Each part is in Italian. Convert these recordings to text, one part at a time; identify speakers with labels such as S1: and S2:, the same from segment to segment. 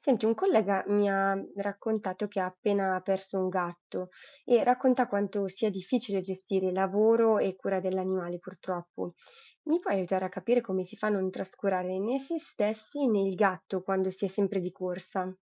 S1: Senti, un collega mi ha raccontato che ha appena perso un gatto e racconta quanto sia difficile gestire lavoro e cura dell'animale, purtroppo. Mi puoi aiutare a capire come si fa a non trascurare né se stessi né il gatto quando si è sempre di corsa?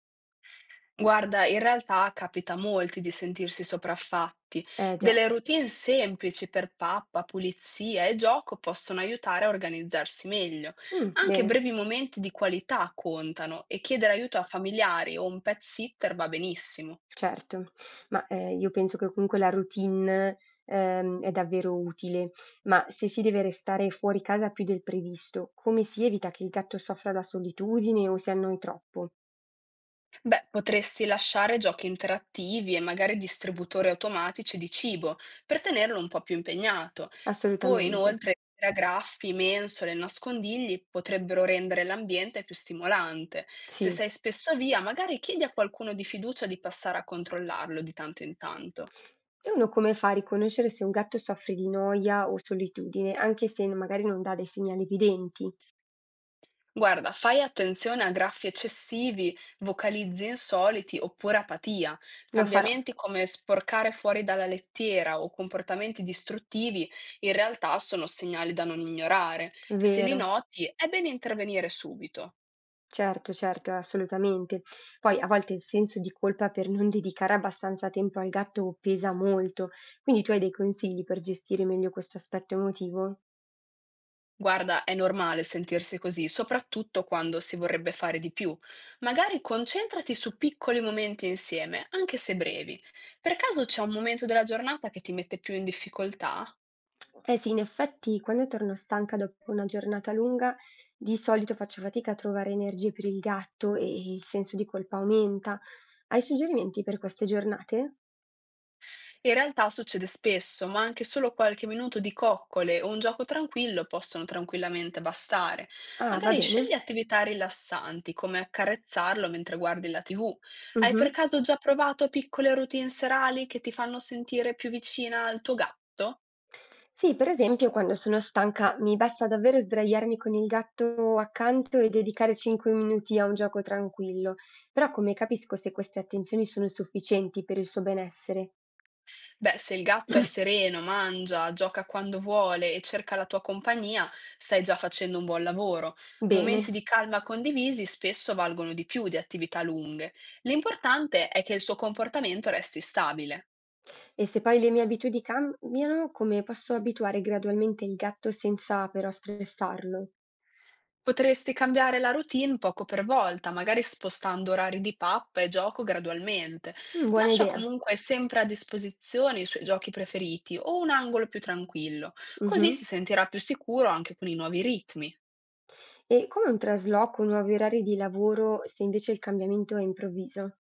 S2: Guarda, in realtà capita a molti di sentirsi sopraffatti.
S1: Eh già.
S2: Delle routine semplici per pappa, pulizia e gioco possono aiutare a organizzarsi meglio.
S1: Mm,
S2: Anche
S1: bene,
S2: brevi momenti di qualità contano e chiedere aiuto a familiari o un pet sitter va benissimo.
S1: certo, ma io penso che comunque la routine è davvero utile, ma se si deve restare fuori casa più del previsto, come si evita che il gatto soffra la solitudine o si annoi troppo?
S2: Beh, potresti lasciare giochi interattivi e magari distributori automatici di cibo per tenerlo un po' più impegnato. Poi,
S1: Assolutamente,
S2: inoltre, graffi, mensole e nascondigli potrebbero rendere l'ambiente più stimolante. Se
S1: sì.
S2: sei spesso via, magari chiedi a qualcuno di fiducia di passare a controllarlo di tanto in tanto.
S1: E uno come fa a riconoscere se un gatto soffre di noia o solitudine, anche se n magari non dà dei segnali evidenti?
S2: Guarda, fai attenzione a graffi eccessivi, vocalizzi insoliti oppure apatia.
S1: Lo farò,
S2: Cambiamenti come sporcare fuori dalla lettiera o comportamenti distruttivi in realtà sono segnali da non ignorare. Se li
S1: vero.
S2: noti, è bene intervenire subito.
S1: Certo, certo, assolutamente. Poi a volte il senso di colpa per non dedicare abbastanza tempo al gatto pesa molto, quindi tu hai dei consigli per gestire meglio questo aspetto emotivo?
S2: Guarda, è normale sentirsi così, soprattutto quando si vorrebbe fare di più. Magari concentrati su piccoli momenti insieme, anche se brevi. Per caso c'è un momento della giornata che ti mette più in difficoltà?
S1: Eh sì, in effetti quando torno stanca dopo una giornata lunga, di solito faccio fatica a trovare energie per il gatto e il senso di colpa aumenta. Hai suggerimenti per queste giornate?
S2: In realtà succede spesso, ma anche solo qualche minuto di coccole o un gioco tranquillo possono tranquillamente bastare.
S1: Ah, va
S2: Magari
S1: bene.
S2: scegli attività rilassanti, come accarezzarlo mentre guardi la TV. Hai per
S1: Mhm.
S2: caso già provato piccole routine serali che ti fanno sentire più vicina al tuo gatto?
S1: Sì, per esempio, quando sono stanca mi basta davvero sdraiarmi con il gatto accanto e dedicare 5 minuti a un gioco tranquillo. Però come capisco se queste attenzioni sono sufficienti per il suo benessere?
S2: Beh, se il gatto è sereno, mangia, gioca quando vuole e cerca la tua compagnia, stai già facendo un buon lavoro. Momenti
S1: Bene.
S2: di calma condivisi spesso valgono di più di attività lunghe. L'importante è che il suo comportamento resti stabile.
S1: E se poi le mie abitudini cambiano, come posso abituare gradualmente il gatto senza però stressarlo?
S2: Potresti cambiare la routine poco per volta, magari spostando orari di pappa e gioco gradualmente.
S1: Buona
S2: Lascia
S1: idea.
S2: comunque sempre a disposizione i suoi giochi preferiti o un angolo più tranquillo, così
S1: Mh-mh.
S2: si sentirà più sicuro anche con i nuovi ritmi.
S1: E come un trasloco, nuovi orari di lavoro, se invece il cambiamento è improvviso?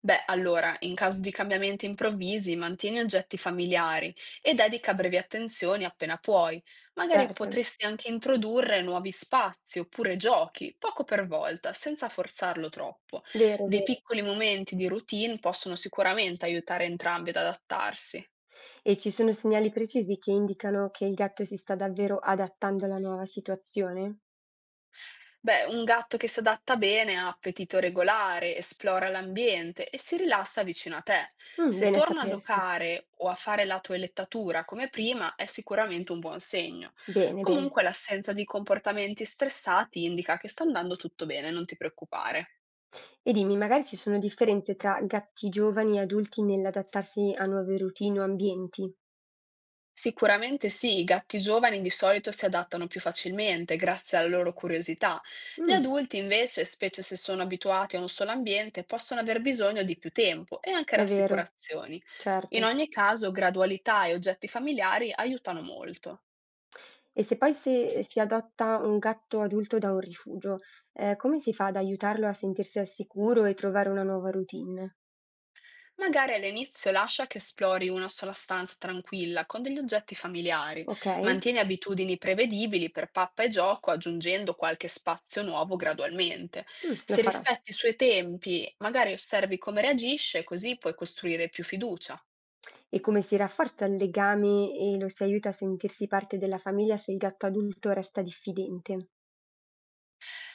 S2: Beh, allora, in caso di cambiamenti improvvisi, mantieni oggetti familiari e dedica brevi attenzioni appena puoi. Magari
S1: Certo,
S2: potresti anche introdurre nuovi spazi oppure giochi, poco per volta, senza forzarlo troppo.
S1: vero,
S2: Dei
S1: vero.
S2: piccoli momenti di routine possono sicuramente aiutare entrambi ad adattarsi.
S1: E ci sono segnali precisi che indicano che il gatto si sta davvero adattando alla nuova situazione?
S2: Beh, un gatto che si adatta bene ha appetito regolare, esplora l'ambiente e si rilassa vicino a te. Se
S1: Bene a
S2: torna a
S1: sapersi.
S2: giocare o a fare la toelettatura come prima, è sicuramente un buon segno.
S1: Bene, bene.
S2: Comunque l'assenza di comportamenti stressati indica che sta andando tutto bene, non ti preoccupare.
S1: E dimmi, magari ci sono differenze tra gatti giovani e adulti nell'adattarsi a nuove routine o ambienti?
S2: Sicuramente sì, i gatti giovani di solito si adattano più facilmente grazie alla loro curiosità. Gli
S1: Mh,
S2: adulti invece, specie se sono abituati a un solo ambiente, possono aver bisogno di più tempo e anche
S1: è vero.
S2: rassicurazioni. In
S1: Certo.
S2: ogni caso, gradualità e oggetti familiari aiutano molto.
S1: E se poi se si adotta un gatto adulto da un rifugio, come si fa ad aiutarlo a sentirsi al sicuro e trovare una nuova routine?
S2: Magari all'inizio lascia che esplori una sola stanza tranquilla con degli oggetti familiari.
S1: Okay,
S2: Mantieni abitudini prevedibili per pappa e gioco, aggiungendo qualche spazio nuovo gradualmente.
S1: lo
S2: Se
S1: farò.
S2: rispetti i suoi tempi, magari osservi come reagisce, così puoi costruire più fiducia.
S1: E come si rafforza il legame e lo si aiuta a sentirsi parte della famiglia se il gatto adulto resta diffidente?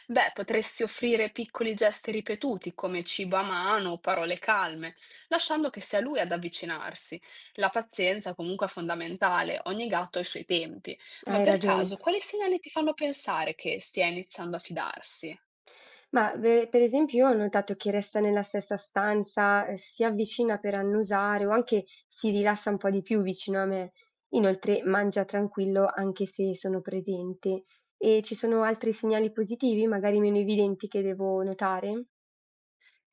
S2: Beh, potresti offrire piccoli gesti ripetuti come cibo a mano o parole calme, lasciando che sia lui ad avvicinarsi. La pazienza comunque è fondamentale, ogni gatto ha i suoi tempi. Ma
S1: Hai
S2: per
S1: ragione.
S2: caso, quali segnali ti fanno pensare che stia iniziando a fidarsi?
S1: Ma ve Per esempio io ho notato chi resta nella stessa stanza, si avvicina per annusare o anche si rilassa un po' di più vicino a me. Inoltre mangia tranquillo anche se sono presente. E ci sono altri segnali positivi, magari meno evidenti, che devo notare?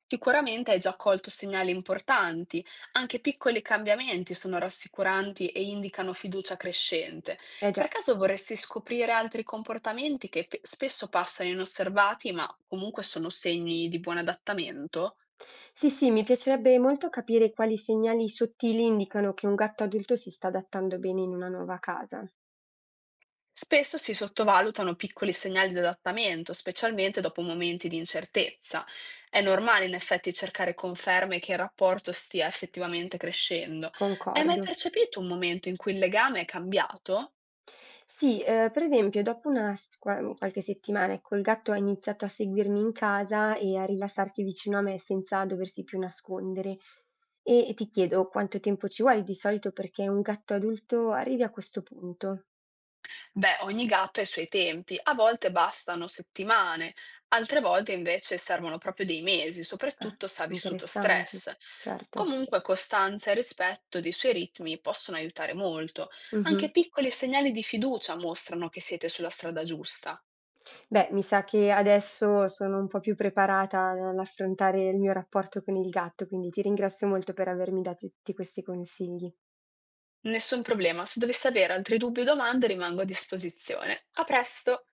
S2: Sicuramente hai già colto segnali importanti, anche piccoli cambiamenti sono rassicuranti e indicano fiducia crescente.
S1: Eh
S2: Per
S1: già.
S2: caso vorresti scoprire altri comportamenti che spesso passano inosservati, ma comunque sono segni di buon adattamento?
S1: Sì, sì, mi piacerebbe molto capire quali segnali sottili indicano che un gatto adulto si sta adattando bene in una nuova casa.
S2: Spesso si sottovalutano piccoli segnali di adattamento, specialmente dopo momenti di incertezza. È normale in effetti cercare conferme che il rapporto stia effettivamente crescendo. Hai mai
S1: Concordo.
S2: percepito un momento in cui il legame è cambiato?
S1: Sì, per esempio dopo una qualche settimana, ecco, il gatto ha iniziato a seguirmi in casa e a rilassarsi vicino a me senza doversi più nascondere. E ti chiedo quanto tempo ci vuole di solito perché un gatto adulto arrivi a questo punto?
S2: Beh, ogni gatto ha i suoi tempi, a volte bastano settimane, altre volte invece servono proprio dei mesi,
S1: Ah,
S2: soprattutto se ha vissuto
S1: interessante,
S2: stress.
S1: certo.
S2: Comunque costanza e rispetto dei suoi ritmi possono aiutare molto.
S1: Mh-mh.
S2: Anche piccoli segnali di fiducia mostrano che siete sulla strada giusta.
S1: Beh, mi sa che adesso sono un po' più preparata a ad affrontare il mio rapporto con il gatto, quindi ti ringrazio molto per avermi dato tutti questi consigli.
S2: Nessun problema, se dovessi avere altri dubbi o domande rimango a disposizione. A presto!